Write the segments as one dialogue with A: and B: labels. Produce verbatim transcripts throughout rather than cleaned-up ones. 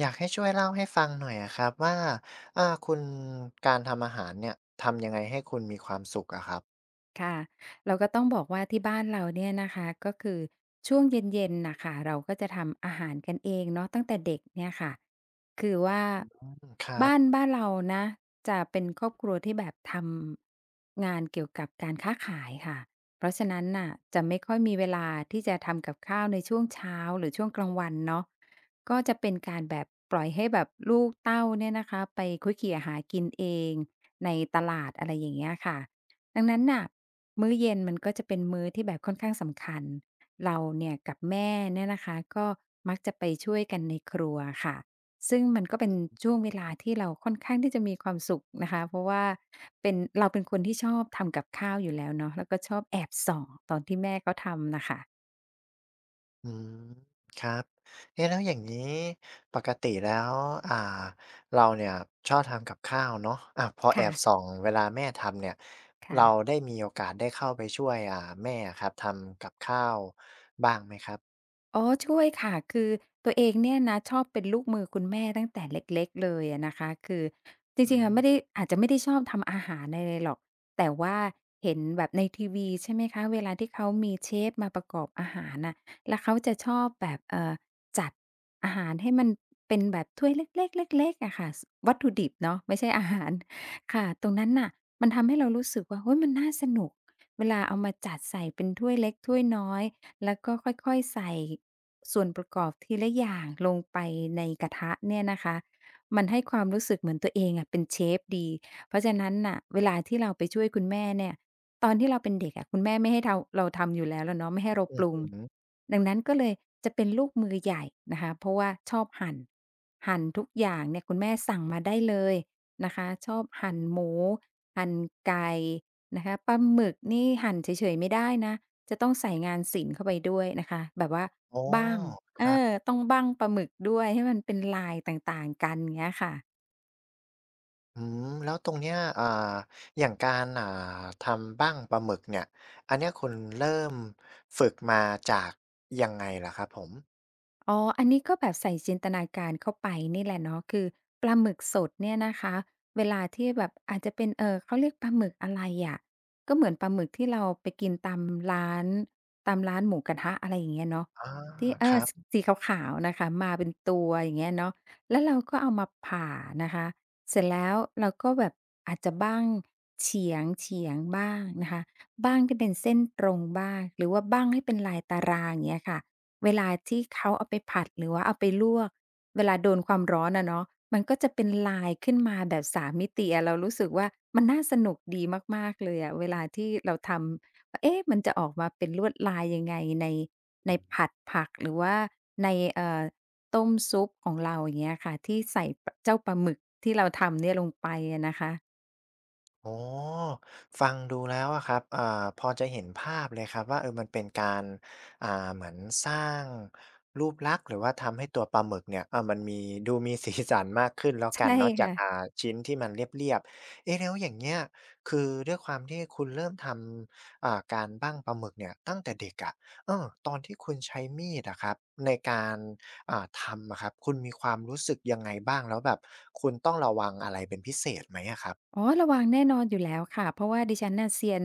A: อยากให้ช่วยเล่าให้ฟังหน่อยอะครับว่าอ่าคุณการทำอาหารเนี่ยทำยังไงให้คุณมีความสุขอะครับ
B: ค่ะเราก็ต้องบอกว่าที่บ้านเราเนี่ยนะคะก็คือช่วงเย็นๆนะค่ะเราก็จะทำอาหารกันเองเนาะตั้งแต่เด็กเนี่ยค่ะคือว่า
A: อืมครั
B: บ้าน
A: บ
B: บ้านเรานะจะเป็นครอบครัวที่แบบทำงานเกี่ยวกับการค้าขายค่ะเพราะฉะนั้นน่ะจะไม่ค่อยมีเวลาที่จะทำกับข้าวในช่วงเช้าหรือช่วงกลางวันเนาะก็จะเป็นการแบบปล่อยให้แบบลูกเต้าเนี่ยนะคะไปคุยเขี่ยหากินเองในตลาดอะไรอย่างเงี้ยค่ะ ดังนั้นน่ะมื้อเย็นมันก็จะเป็นมื้อที่แบบค่อนข้างสำคัญเราเนี่ยกับแม่เนี่ยนะคะก็มักจะไปช่วยกันในครัวค่ะซึ่งมันก็เป็นช่วงเวลาที่เราค่อนข้างที่จะมีความสุขนะคะเพราะว่าเป็นเราเป็นคนที่ชอบทำกับข้าวอยู่แล้วเนาะแล้วก็ชอบแอบส่องตอนที่แม่เขาทำน่ะค่ะ
A: อืมครับเอ๊ะแล้วอย่างงี้ปกติแล้วอ่าเราเนี่ยชอบทำกับข้าวเนาะอาพอแอ
B: ค่ะ
A: บส่องเวลาแม่ทำเนี่ยเรา
B: ค่ะ
A: ได้มีโอกาสได้เข้าไปช่วยอ่าแม่อะครับทำกับข้าวบ้างไหมครับ
B: อ๋อช่วยค่ะคือตัวเองเนี่ยนะชอบเป็นลูกมือคุณแม่ตั้งแต่เล็กๆเลยอะนะคะคือจ
A: อื
B: ริงๆอะ
A: ม
B: ไม่ได้อาจจะไม่ได้ชอบทำอาหารอะไรหรอกแต่ว่าเห็นแบบในทีวีใช่ไหมคะเวลาที่เขามีเชฟมาประกอบอาหารน่ะแล้วเขาจะชอบแบบเอ่อจัดอาหารให้มันเป็นแบบถ้วยเล็กๆเล็กๆอะค่ะสวัตถุดิบเนาะไม่ใช่อาหารค่ะตรงนั้นน่ะมันทำให้เรารู้สึกว่าเฮ้ยมันน่าสนุกเวลาเอามาจัดใส่เป็นถ้วยเล็กถ้วยน้อย แล้วก็ค่อยๆใส่ส่วนประกอบทีละอย่างลงไปในกระทะเนี่ยนะคะมันให้ความรู้สึกเหมือนตัวเองอะเป็นเชฟดีเพราะฉะนั้นน่ะเวลาที่เราไปช่วยคุณแม่เนี่ยตอนที่เราเป็นเด็กอะคุณแม่ไม่ให้เราเราทำอยู่แล้วล่ะเนาะไม่ให้เรา
A: อื
B: ป
A: อ
B: รุง
A: ฮึ
B: ดังนั้นก็เลยจะเป็นลูกมือใหญ่นะคะเพราะว่าชอบหั่นหั่นทุกอย่างเนี่ยคุณแม่สั่งมาได้เลยนะคะชอบหั่นหมูหั่นไก่นะคะปลาหมึกนี่หั่นเฉยๆไม่ได้นะ จะต้องใส่งานศิลป์เข้าไปด้วยนะคะแบบว่า
A: อ๋อ
B: บั้ง
A: ค
B: เอ
A: รับ
B: อต้องบั้งปลาหมึกด้วยให้มันเป็นลายต่างๆกันเงี้ยค่ะ
A: อืมแล้วตรงเนี้ยอ่าอย่างการอ่าทำบั้งปลาหมึกเนี่ยอันเนี้ยคุณเริ่มฝึกมาจากยังไงเหรอครับผม
B: อ๋ออันนี้ก็แบบใส่จินตนาการเข้าไปนี่แหละเนาะคือปลาหมึกสดเนี่ยนะคะเวลาที่แบบอาจจะเป็นเอ่อเขาเรียกปลาหมึกอะไรอะก็เหมือนปลาหมึกที่เราไปกินตามร้านตามร้านหมูกระทะอะไรอย่างเงี้ยเนาะ
A: อา
B: ที่เอ
A: ค
B: อ
A: รั
B: ส
A: บ
B: สีขาวๆนะคะมาเป็นตัวอย่างเงี้ยเนาะแล้วเราก็เอามาผ่านะคะเสร็จแล้วเราก็แบบอาจจะบ้างเฉียงๆบ้างนะคะบ้างที่เป็นเส้นตรงบ้างหรือว่าบ้างให้เป็นลายตารางอย่างเงี้ยค่ะ เวลาที่เขาเอาไปผัดหรือว่าเอาไปลวกเวลาโดนความร้อนอะเนาะมันก็จะเป็นลายขึ้นมาแบบสามมิติอะเรารู้สึกว่ามันน่าสนุกดีมากๆเลยอะเวลาที่เราทำว่าเอ๊ะมันจะออกมาเป็นลวดลายยังไงในใน
A: อืม
B: ผัดผักหรือว่าในเอ่อต้มซุปของเราอย่างเงี้ยค่ะที่ใส่ปเจ้าปลาหมึกที่เราทำเนี่ยลงไปอะนะคะ
A: อ๋อฟังดูแล้วอะครับอ่าพอจะเห็นภาพเลยครับว่าเออมันเป็นการอ่าเหมือนสร้างรูปลักษณ์หรือว่าทำให้ตัวปลาหมึกเนี่ยเออมันมีดูมีสีสันมากขึ้นแล้วกัน
B: ใช่
A: เนาะจาก
B: ค่ะ
A: อ่าชิ้นที่มันเรียบๆเอ๊ะแล้วอย่างเงี้ยคือด้วยความที่คุณเริ่มทำอ่าการบั้งปลาหมึกเนี่ยตั้งแต่เด็กอะเออตอนที่คุณใช้มีดอะครับในการอ่าทำอะครับคุณมีความรู้สึกยังไงบ้างแล้วแบบคุณต้องระวังอะไรเป็นพิเศษไหมอะครับ
B: อ๋อระวังแน่นอนอยู่แล้วค่ะเพราะว่าดิฉันน่ะเซียน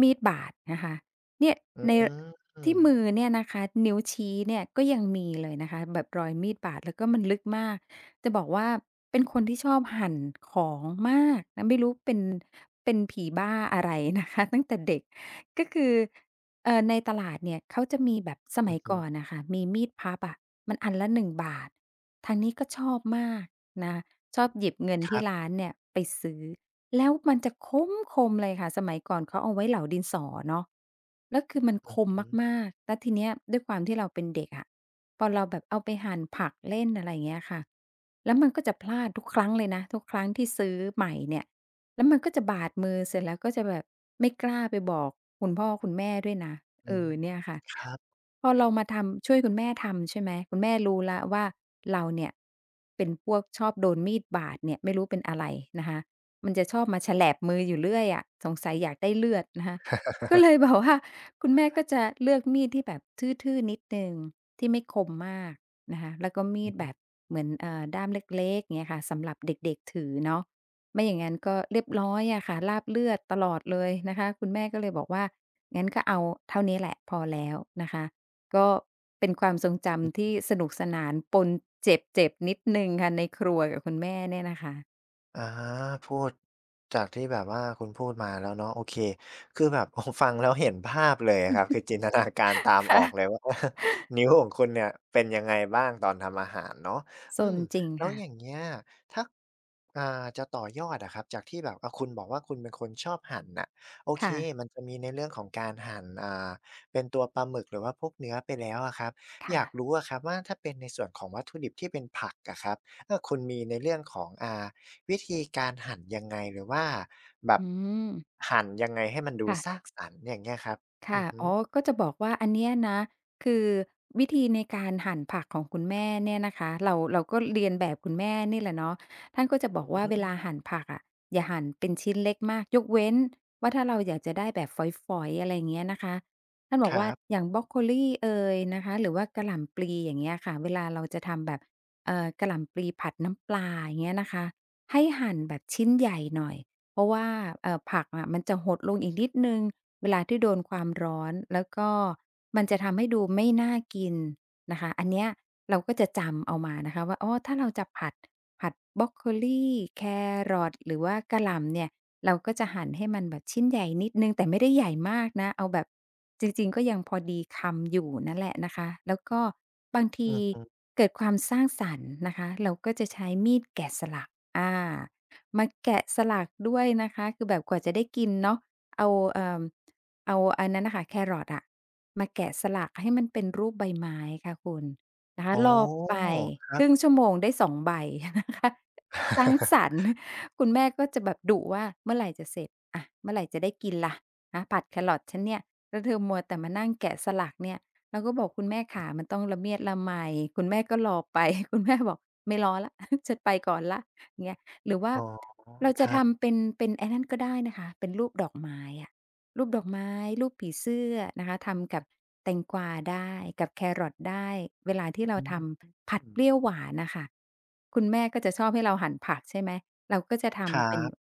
B: มีดบาดนะคะเนี่ย
A: อื
B: ใน
A: ม
B: ที่มือเนี่ยนะคะนิ้วชี้เนี่ยก็ยังมีเลยนะคะแบบรอยมีดบาดแล้วก็มันลึกมากจะบอกว่าเป็นคนที่ชอบหั่นของมากนะไม่รู้เป็นเป็นผีบ้าอะไรนะคะ ตั้งแต่เด็กก็คือเอ่อในตลาดเนี่ยเขาจะมีแบบส
A: อื
B: มั
A: อ
B: ย
A: ฮึ
B: ก่อนน่ะค่ะมีมีดพับอะมันอันละหนึ่งบาททางนี้ก็ชอบมากนะชอบหยิบเงิน
A: ครั
B: ที่ร้า
A: บ
B: นเนี่ยไปซื้อ แล้วมันจะคมคมเลยค่ะสมัยก่อนเขาเอาไว้เหลาดินสอเนาะแล้วคือมันคม
A: อืม
B: มากๆแล้วทีเนี้ยด้วยความที่เราเป็นเด็กอะพอเราแบบเอาไปหั่นผักเล่นอะไรอย่างเงี้ยค่ะแล้วมันก็จะพลาดทุกครั้งเลยนะทุกครั้งที่ซื้อใหม่เนี่ยแล้วมันก็จะบาดมือเสร็จแล้วก็จะแบบไม่กล้าไปบอกคุณพ่อคุณแม่ด้วยนะ
A: อื
B: เอ
A: ม
B: อเนี่ยค่ะ
A: ครับ
B: พอเรามาทำช่วยคุณแม่ทำใช่ไหมคุณแม่รู้แล้วว่าเราเนี่ยเป็นพวกชอบโดนมีดบาดเนี่ยไม่รู้เป็นอะไรนะคะ มันจะชอบมาแฉลบมืออยู่เรื่อยอะสงสัยอยากได้เลือดนะคะก็เลยแบบว่า คุณแม่ก็จะเลือกมีดที่แบบทื่อๆนิดหนึ่งที่ไม่คมมากนะคะแล้วก็มี
A: อื
B: ดแบบ
A: อ
B: เหมือนเอ่อด้ามเล็กๆเงี้ยค่ะสำหรับเด็กๆถือเนาะไม่อย่างงั้นก็เรียบร้อยอะค่ะราบเลือดตลอดเลยนะคะคุณแม่ก็เลยบอกว่างั้นก็เอาเท่านี้แหละพอแล้วนะคะก็เป็นความทรงจำที่สนุกสนานปนเจ็บๆนิดหนึ่งค่ะในครัวกับคุณแม่เนี่ยนะคะ
A: อาพูดจากที่แบบว่าคุณพูดมาแล้วเนาะโอเคคือแบบ โอ้ฟังแล้วเห็นภาพเลยอะครับคือจินตนาการตามออกเลย
B: ค่ะ
A: ว่า นิ้วของคุณเนี่ยเป็นยังไงบ้างตอนทำอาหารเนาะ
B: ซ
A: อื
B: น
A: ม
B: จริง
A: แล้ว
B: ค่ะ
A: อย่างเงี้ยถ้าอ่าจะต่อยอดอะครับจากที่แบบอ่าคุณบอกว่าคุณเป็นคนชอบหั่นน่ะโอเค
B: ค่ะ
A: มันจะมีในเรื่องของการหั่นอ่าเป็นตัวปลาหมึกหรือว่าพวกเนื้อไปแล้วอะครับ
B: ค
A: อยาก
B: ่ะ
A: รู้อะครับว่าถ้าเป็นในส่วนของวัตถุดิบที่เป็นผักอะครับเออคุณมีในเรื่องของอ่า วิธีการหั่นยังไงหรือว่าแบบ
B: อืม
A: หั่นยังไงให้มันดูสร้า
B: ค่ะ
A: งสรรค์อย่างเงี้ยครับอื
B: ค่ะ
A: อฮึ
B: อ๋อก็จะบอกว่าอันเนี้ยนะคือวิธีในการหั่นผักของคุณแม่เนี่ยนะคะเราเราก็เรียนแบบคุณแม่นี่แหละเนาะท่านก็จะบอ
A: อื
B: กว่าเว
A: ม
B: ลาหั่นผักอะอย่าหั่นเป็นชิ้นเล็กมาก ยกเว้นว่าถ้าเราอยากจะได้แบบฝอยๆอะไรอย่างเงี้ยนะคะท่านบ
A: ค
B: อก
A: รั
B: ว่า
A: บ
B: อย่างบรอกโคลีเอยนะคะหรือว่ากะหล่ำปลีอย่างเงี้ยค่ะเวลาเราจะทำแบบเอ่อกะหล่ำปลีผัดน้ำปลาอย่างเงี้ยนะคะให้หั่นแบบชิ้นใหญ่หน่อย เพราะว่าเอ่อผักอะมันจะหดลงอีกนิดหนึ่งเวลาที่โดนความร้อนแล้วก็มันจะทำให้ดูไม่น่ากินนะคะอันเนี้ยเราก็จะจำเอามานะคะว่าอ๋อถ้าเราจะผัดผัดบรอกโคลีแครอทหรือว่ากะหล่ำเนี่ยเราก็จะหั่นให้มันแบบชิ้นใหญ่นิดหนึ่งแต่ไม่ได้ใหญ่มากนะเอาแบบจริงๆก็ยังพอดีคำอยู่นั่นแหละนะคะแล้วก็บาง
A: อื
B: ที
A: อฮึ
B: เกิดความสร้างสรรค์นะคะเราก็จะใช้มีดแกะสลักอา มาแกะสลักด้วยนะคะคือแบบกว่าจะได้กินเนาะเอาเอ่อเอาอันนั้นน่ะค่ะแครอทอะมาแกะสลักให้มันเป็นรูปใบไม้ค่ะคุณนะคะ
A: อ๋อ
B: รอไป
A: ครั
B: ครึ่ง
A: บ
B: ชั่วโมงได้สองใบนะคะ สร้างสรร ค์คุณแม่ก็จะแบบดุว่าเมื่อไรจะเสร็จอะเมื่อไรจะได้กินล่ะฮะผัดแครอทฉันเนี่ยแล้วเธอมัวแต่มานั่งแกะสลักเนี่ยเราก็บอกคุณแม่ขามันต้องละเมียดละไมคุณแม่ก็รอไป คุณแม่บอกไม่รอแล้ว ฉันไปก่อนแล้วเงี้ย หรือว่า
A: อ๋อ
B: เรา
A: ค
B: จะ
A: รับ
B: ทำเป็นเป็นไอ้นั่นก็ได้นะคะเป็นรูปดอกไม้อะรูปดอกไม้รูปผีเสื้อนะคะทำกับแตงกวาได้กับแครอทได้เวลาที่เรา
A: อื
B: ทำผัดเป
A: ม
B: รี้ยวหวานน่ะค่ะคุณแม่ก็จะชอบให้เราหั่นผักใช่ไหมเราก็จะ
A: ครั
B: ทำเป็น
A: บ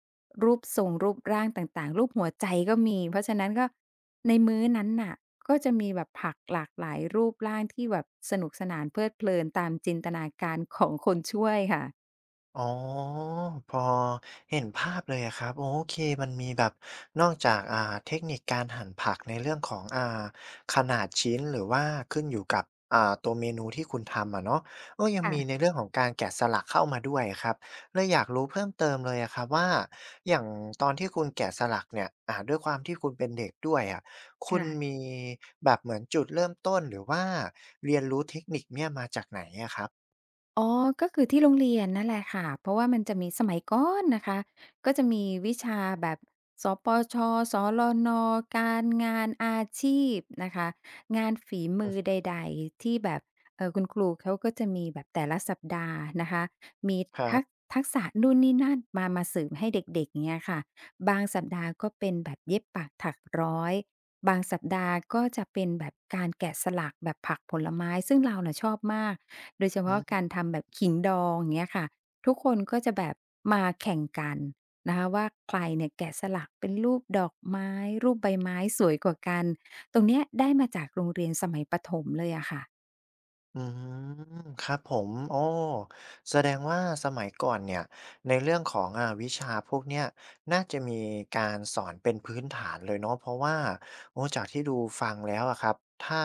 B: รูปทรงรูปร่างต่างๆรูปหัวใจก็มีเพราะฉะนั้นก็ในมื้อนั้นน่ะก็จะมีแบบผักหลากหลายรูปร่างที่แบบสนุกสนานเพลิดเพลินตามจินตนาการของคนช่วยค่ะ
A: อ๋อพอเห็นภาพเลยอะครับโอเคมันมีแบบนอกจากอ่าเทคนิคการหั่นผักในเรื่องของอ่าขนาดชิ้นหรือว่าขึ้นอยู่กับอ่าตัวเมนูที่คุณทำอะเนาะก็ยัง
B: ค่ะ
A: มีในเรื่องของการแกะสลักเข้ามาด้วยอะครับเลยอยากรู้เพิ่มเติมเลยอะครับว่าอย่างตอนที่คุณแกะสลักเนี่ยอ่าด้วยความที่คุณเป็นเด็กด้วยอะคุณ
B: ค่ะ
A: มีแบบเหมือนจุดเริ่มต้นหรือว่าเรียนรู้เทคนิคเนี่ยมาจากไหนอะครับ
B: อ๋อ ก็คือที่โรงเรียนนั่นแหละค่ะ เพราะว่ามันจะมีสมัยก่อนนะคะ ก็จะมีวิชาแบบสปชสลนการงานอาชีพนะคะ งานฝีมือใ
A: อือ
B: ดๆที่แบบเอ่อคุณครูเขาก็จะมีแบบแต่ละสัปดาห์นะคะ มี
A: ครั
B: ทัก
A: บ
B: ทักษะนู่นนี่นั่นมามาเสริมให้เด็กๆเงี้ยค่ะ บางสัปดาห์ก็เป็นแบบเย็บปักถักร้อย บางสัปดาห์ก็จะเป็นแบบการแกะสลักแบบผักผลไม้ซึ่งเราน่ะชอบมากโดยเฉ
A: อื
B: พาะกา
A: ม
B: รทำแบบขิงดองอย่างเงี้ยค่ะทุกคนก็จะแบบมาแข่งกันนะคะว่าใครเนี่ยแกะสลักเป็นรูปดอกไม้รูปใบไม้สวยกว่ากันตรงเนี้ยได้มาจากโรงเรียนสมัยประถมเลยอะค่ะ
A: อืมครับผมโอ้แสดงว่าสมัยก่อนเนี่ยในเรื่องของอ่าวิชาพวกเนี้ยน่าจะมีการสอนเป็นพื้นฐานเลยเนาะเพราะว่าโอ้จากที่ดูฟังแล้วอะครับถ้า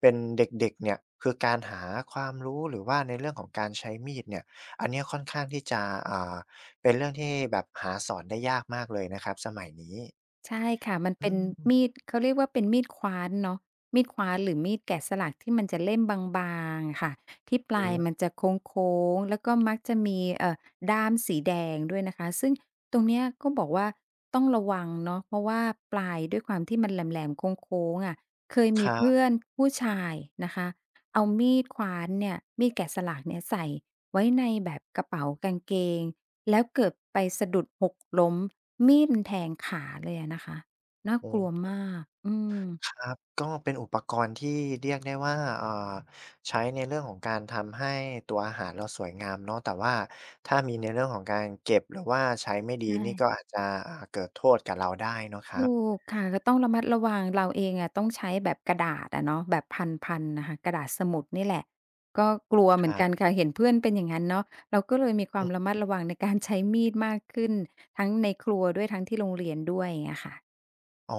A: เป็นเด็กๆเนี่ยคือการหาความรู้หรือว่าในเรื่องของการใช้มีดเนี่ยอันเนี้ยค่อนข้างที่จะอ่าเป็นเรื่องที่แบบหาสอนได้ยากมากเลยนะครับสมัยนี้
B: ใช่ค่ะมัน
A: อื
B: เป็น
A: ม
B: มีดเขาเรียกว่าเป็นมีดขว้านเนาะมีดขว้านหรือมีดแกะสลักที่มันจะเล่มบางๆค่ะที่ป
A: อื
B: ลาย
A: อ
B: มันจะโค้งๆแล้วก็มักจะมีเอ่อด้ามสีแดงด้วยนะคะซึ่งตรงเนี้ยก็บอกว่าต้องระวังเนาะเพราะว่าปลายด้วยความที่มันแหลมๆโค้งๆอะเคย
A: ค
B: มี
A: รั
B: เพื่อ
A: บ
B: นผู้ชายนะคะเอามีดขว้านเนี่ยมีดแกะสลักเนี่ยใส่ไว้ในแบบกระเป๋ากางเกง แล้วเกิดไปสะดุดหกล้มมีดมันแทงขาเลยอะนะคะน่ากลั
A: อ
B: ว
A: อ
B: มากอืม
A: ครับก็เป็นอุปกรณ์ที่เรียกได้ว่าเอ่อใช้ในเรื่องของการทำให้ตัวอาหารเราสวยงามเนาะแต่ว่าถ้ามีในเรื่องของการเก็บหรือว่าใช้ไม่ดี
B: ใช
A: นี่ก็
B: ่
A: อาจจะอ่าเกิดโทษกับเราได้เนาะครับ
B: ถูกค่ะก็ต้องระมัดระวังเราเองอะต้องใช้แบบกระดาษอะเนาะแบบพันๆน่ะค่ะกระดาษสมุดนี่แหละก็กลัวเห
A: ค
B: มือน
A: รั
B: กัน
A: บ
B: ค่ะเห็นเพื่อนเป็นอย่างงั้นเนาะเราก็เลยมีความระมัดระวังในการใช้มีดมากขึ้นทั้งในครัวด้วยทั้งที่โรงเรียนด้วยอย่างเงี้ยค่ะ
A: อ๋อ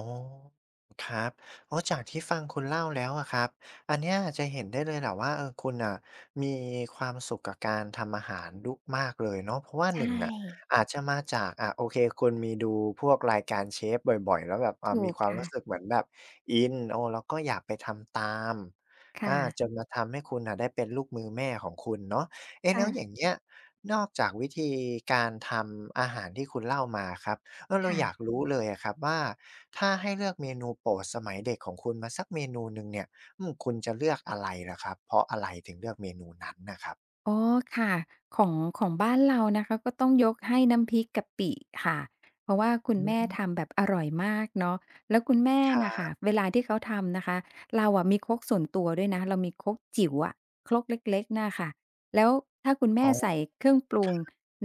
A: ครับอ๋จากที่ฟังคุณเล่าแล้วอะครับอันเนี้ยจะเห็นได้เลยแหละว่าเออคุณอะมีความสุขกับการทำอาหารดุมากเลยเนาะเพราะว่าหน
B: ใช่
A: งอะอาจจะมาจากอ่ะโอเคคุณมีดูพวกรายการเชฟบ่อยๆแล้วแบบอ่า
B: ถู
A: มี
B: ก
A: ความ
B: ค่ะ
A: รู้สึกเหมือนแบบอินโอ้แล้วก็อยากไปทำตาม
B: ค่ะ
A: อาจนมาทำให้คุณอะได้เป็นลูกมือแม่ของคุณเนาะเอ๊ะ
B: ค่ะ
A: แล้วอย่างเงี้ยนอกจากวิธีการทำอาหารที่คุณเล่ามาครับ เออเราอยาก
B: ค่ะ
A: รู้เลยอะครับว่าถ้าให้เลือกเมนูโปรดสมัยเด็กของคุณมาสักเมนูหนึ่งเนี่ยอืมคุณจะเลือกอะไรล่ะครับเพราะอะไรถึงเลือกเมนูนั้นนะครับ
B: อ๋อค่ะของของบ้านเรานะคะก็ต้องยกให้น้ำพริกกะปิค่ะเพราะว่าคุณ
A: อื
B: แม่
A: ม
B: ทำแบบอร่อยมากเนาะแล้วคุณแม่
A: ครั
B: น่ะค่ะ
A: บ
B: เวลาที่เขาทำนะคะเราอะมีครกส่วนตัวด้วยนะเรามีครกจิ๋วอะครกเล็กๆน่ะค่ะแล้วถ้าคุณ
A: อ๋
B: แม่
A: อ
B: ใส่เครื่องปรุง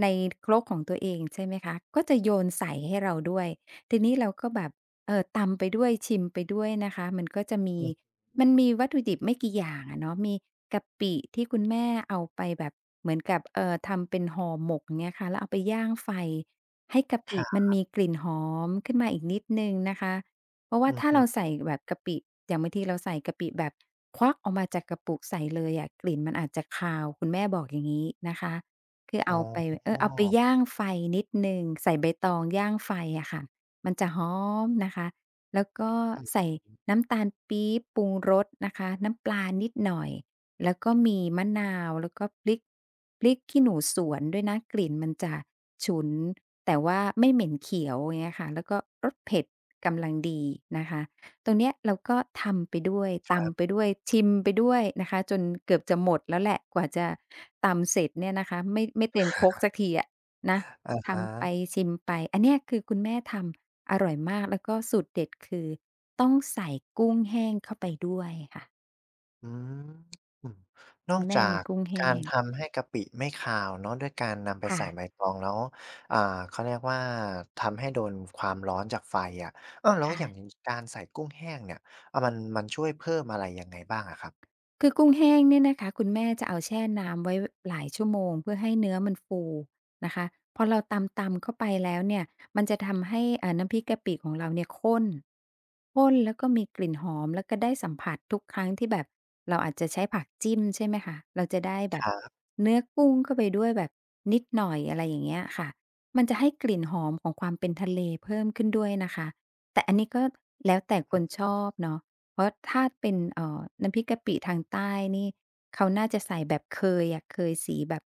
B: ในครกของตัวเองใช่ไหมคะก็จะโยนใส่ให้เราด้วยทีนี้เราก็แบบเอ่อตำไปด้วยชิมไปด้วยนะคะมันก็จะมี
A: อืม
B: มันมีวัตถุดิบไม่กี่อย่างอะเนาะมีกะปิที่คุณแม่เอาไปแบบเหมือนกับเอ่อทำเป็นห่อหมกอย่างเงี้ยค่ะแล้วเอาไปย่างไฟให้กะ
A: ค
B: ปิ
A: รั
B: มัน
A: บ
B: มีกลิ่นหอมขึ้นมาอีกนิดหนึ่งนะคะเพราะว่า
A: อือ
B: ถ้า
A: ฮึ
B: เราใส่แบบกะปิอย่างบางทีเราใส่กะปิแบบควักออกมาจากกระปุกใส่เลยอะกลิ่นมันอาจจะคาวคุณแม่บอกอย่างงี้นะคะคือ
A: อ๋
B: เอาไป
A: อ
B: เออเอาไปย่างไฟนิดหนึ่งใส่ใบตองย่างไฟอะค่ะมันจะหอมนะคะ แล้วก็
A: อืม
B: ใส่น้ำตาลปี๊บปรุงรสนะคะน้ำปลานิดหน่อยแล้วก็มีมะนาวแล้วก็พริกพริกขี้หนูสวนด้วยนะกลิ่นมันจะฉุนแต่ว่าไม่เหม็นเขียวอย่างเงี้ยค่ะแล้วก็รสเผ็ดกำลังดีนะคะตรงเนี้ยเราก็ทำไปด้วยตำไปด้วยชิมไปด้วยนะคะจนเกือบจะหมดแล้วแหละกว่าจะตำเสร็จเนี่ยนะคะไม่ไม่เต็มโคกสักทีอะนะ
A: อาฮ
B: ทำไป
A: ะ
B: ชิมไปอันเนี้ยคือคุณแม่ทำ อร่อยมากแล้วก็สูตรเด็ดคือต้องใส่กุ้งแห้งเข้าไปด้วยค่ะ
A: อืมน
B: คุ
A: อก
B: ณแม่
A: จา
B: มี
A: ก
B: กุ้งแห้
A: การ
B: ง
A: ทำให้กะปิไม่คาวเนาะด้วยการนำไป
B: ค่ะ
A: ใส่ใบตองแล้วอ่าเขาเรียกว่าทำให้โดนความร้อนจากไฟอะเออแล้วอ
B: ค่ะ
A: ย่างงี้การใส่กุ้งแห้งเนี่ยอามันมันช่วยเพิ่มอะไรยังไงบ้างอะครับ
B: คือกุ้งแห้งเนี่ยนะคะคุณแม่จะเอาแช่น้ำไว้หลายชั่วโมงเพื่อให้เนื้อมันฟูนะคะพอเราตำๆเข้าไปแล้วเนี่ยมันจะทำให้เอ่อน้ำพริกกะปิของเราเนี่ยข้นข้นแล้วก็มีกลิ่นหอมแล้วก็ได้สัมผัสทุกครั้งที่แบบเราอาจจะใช้ผักจิ้มใช่ไหมคะเราจะได้แบ
A: ค
B: บ
A: รับ
B: เนื้อกุ้งเข้าไปด้วยแบบนิดหน่อยอะไรอย่างเงี้ยค่ะมันจะให้กลิ่นหอมของความเป็นทะเลเพิ่มขึ้นด้วยนะคะแต่อันนี้ก็แล้วแต่คนชอบเนาะ เพราะถ้าเป็นเอ่อน้ำพริกกะปิทางใต้นี่เขาน่าจะใส่แบบเคยอะเคยสีแบบ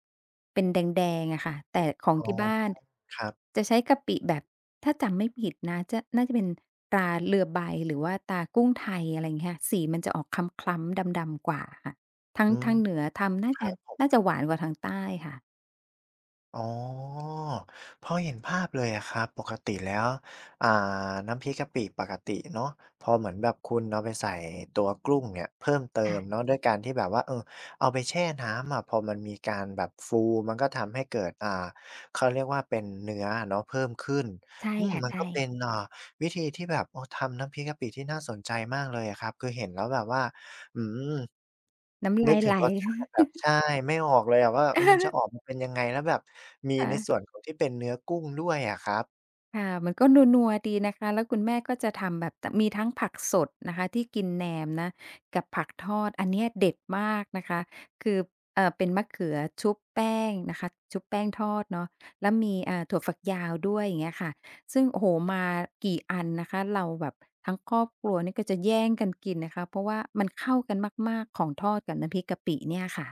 B: เป็นแดงๆอะค่ะแต่ของ
A: อ๋อ
B: ที่บ้าน
A: ครับ
B: จะใช้กะปิแบบถ้าจำไม่ผิดนะจะน่าจะเป็นตราเรือใบหรือว่าตรากุ้งไทยอะไรอย่างเงี้ยค่ะสีมันจะออกคล้ำๆดำๆกว่าค่ะทาง
A: อืม
B: ทางเหนือทำน่า
A: ครั
B: จะ
A: บ
B: น่าจะหวานกว่าทางใต้ค่ะ
A: อ๋อพอเห็นภาพเลยอะครับปกติแล้วอ่าน้ำพริกกะปิปกติเนาะพอเหมือนแบบคุณเอาไปใส่ตัวกลุ้งเนี่ยเพิ่มเติม
B: ค่ะ
A: เนาะด้วยการที่แบบว่าเออเอาไปแช่น้ำอะพอมันมีการแบบฟูมันก็ทำให้เกิดอ่าเขาเรียกว่าเป็นเนื้ออะเนาะเพิ่มขึ้น
B: ใช่
A: อืม
B: ค่ะ
A: มันก็
B: ใช่
A: เป็นอ่าวิธีที่แบบโอ้ทำน้ำพริกกะปิที่น่าสนใจมากเลยอะครับคือเห็นแล้วแบบว่า อืม
B: น้ำ
A: นึ
B: ลา
A: ก
B: ย
A: ถึ
B: ไหล
A: งรสชาติแบบใช่ไม่ออกเลยอะว่าเออมันจะ ออกมาเป็นยังไงแล้วแบบมีใน
B: ค่ะ
A: ส่วนของที่เป็นเนื้อกุ้งด้วยอะครับ
B: ค่ะมันก็นัวๆดีนะคะแล้วคุณแม่ก็จะทำแบบตมีทั้งผักสดนะคะที่กินแหนมนะกับผักทอดอันเนี้ยเด็ดมากนะคะคือเอ่อเป็นมะเขือชุบแป้งนะคะชุบแป้งทอดเนาะแล้วมีอ่าถั่วฝักยาวด้วยอย่างเงี้ยค่ะซึ่งโอ้โฮมากี่อันนะคะเราแบบทั้งครอบครัวนี่ก็จะแย่งกันกินนะคะเพราะว่ามันเข้ากันมากๆของทอดกับน้ำพริกกะปิเนี่ยค่ะ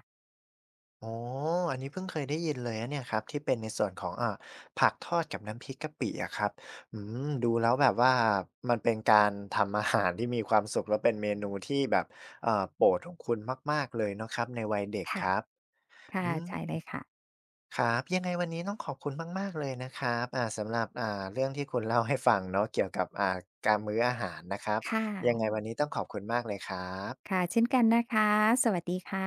A: อ๋ออันนี้เพิ่งเคยได้ยินเลยนะเนี่ยครับที่เป็นในส่วนของอ่าผักทอดกับน้ำพริกกะปิอะครับอืมดูแล้วแบบว่ามันเป็นการทำอาหารที่มีความสุขแล้วเป็นเมนูที่แบบเอ่อโปรดของคุณมากๆเลยเนาะครับในวัยเด็ก
B: ค่ะ
A: ครับอื
B: ค่ะใช่
A: ม
B: เลยค่ะ
A: ครับยังไงวันนี้ต้องขอบคุณมากๆเลยนะครับอ่าสำหรับอ่าเรื่องที่คุณเล่าให้ฟังเนาะเกี่ยวกับอ่าการมื้ออาหารนะครับ
B: ค่ะ
A: ยังไงวันนี้ต้องขอบคุณมากเลยครับ
B: ค่ะเช่นกันนะคะสวัสดีค่ะ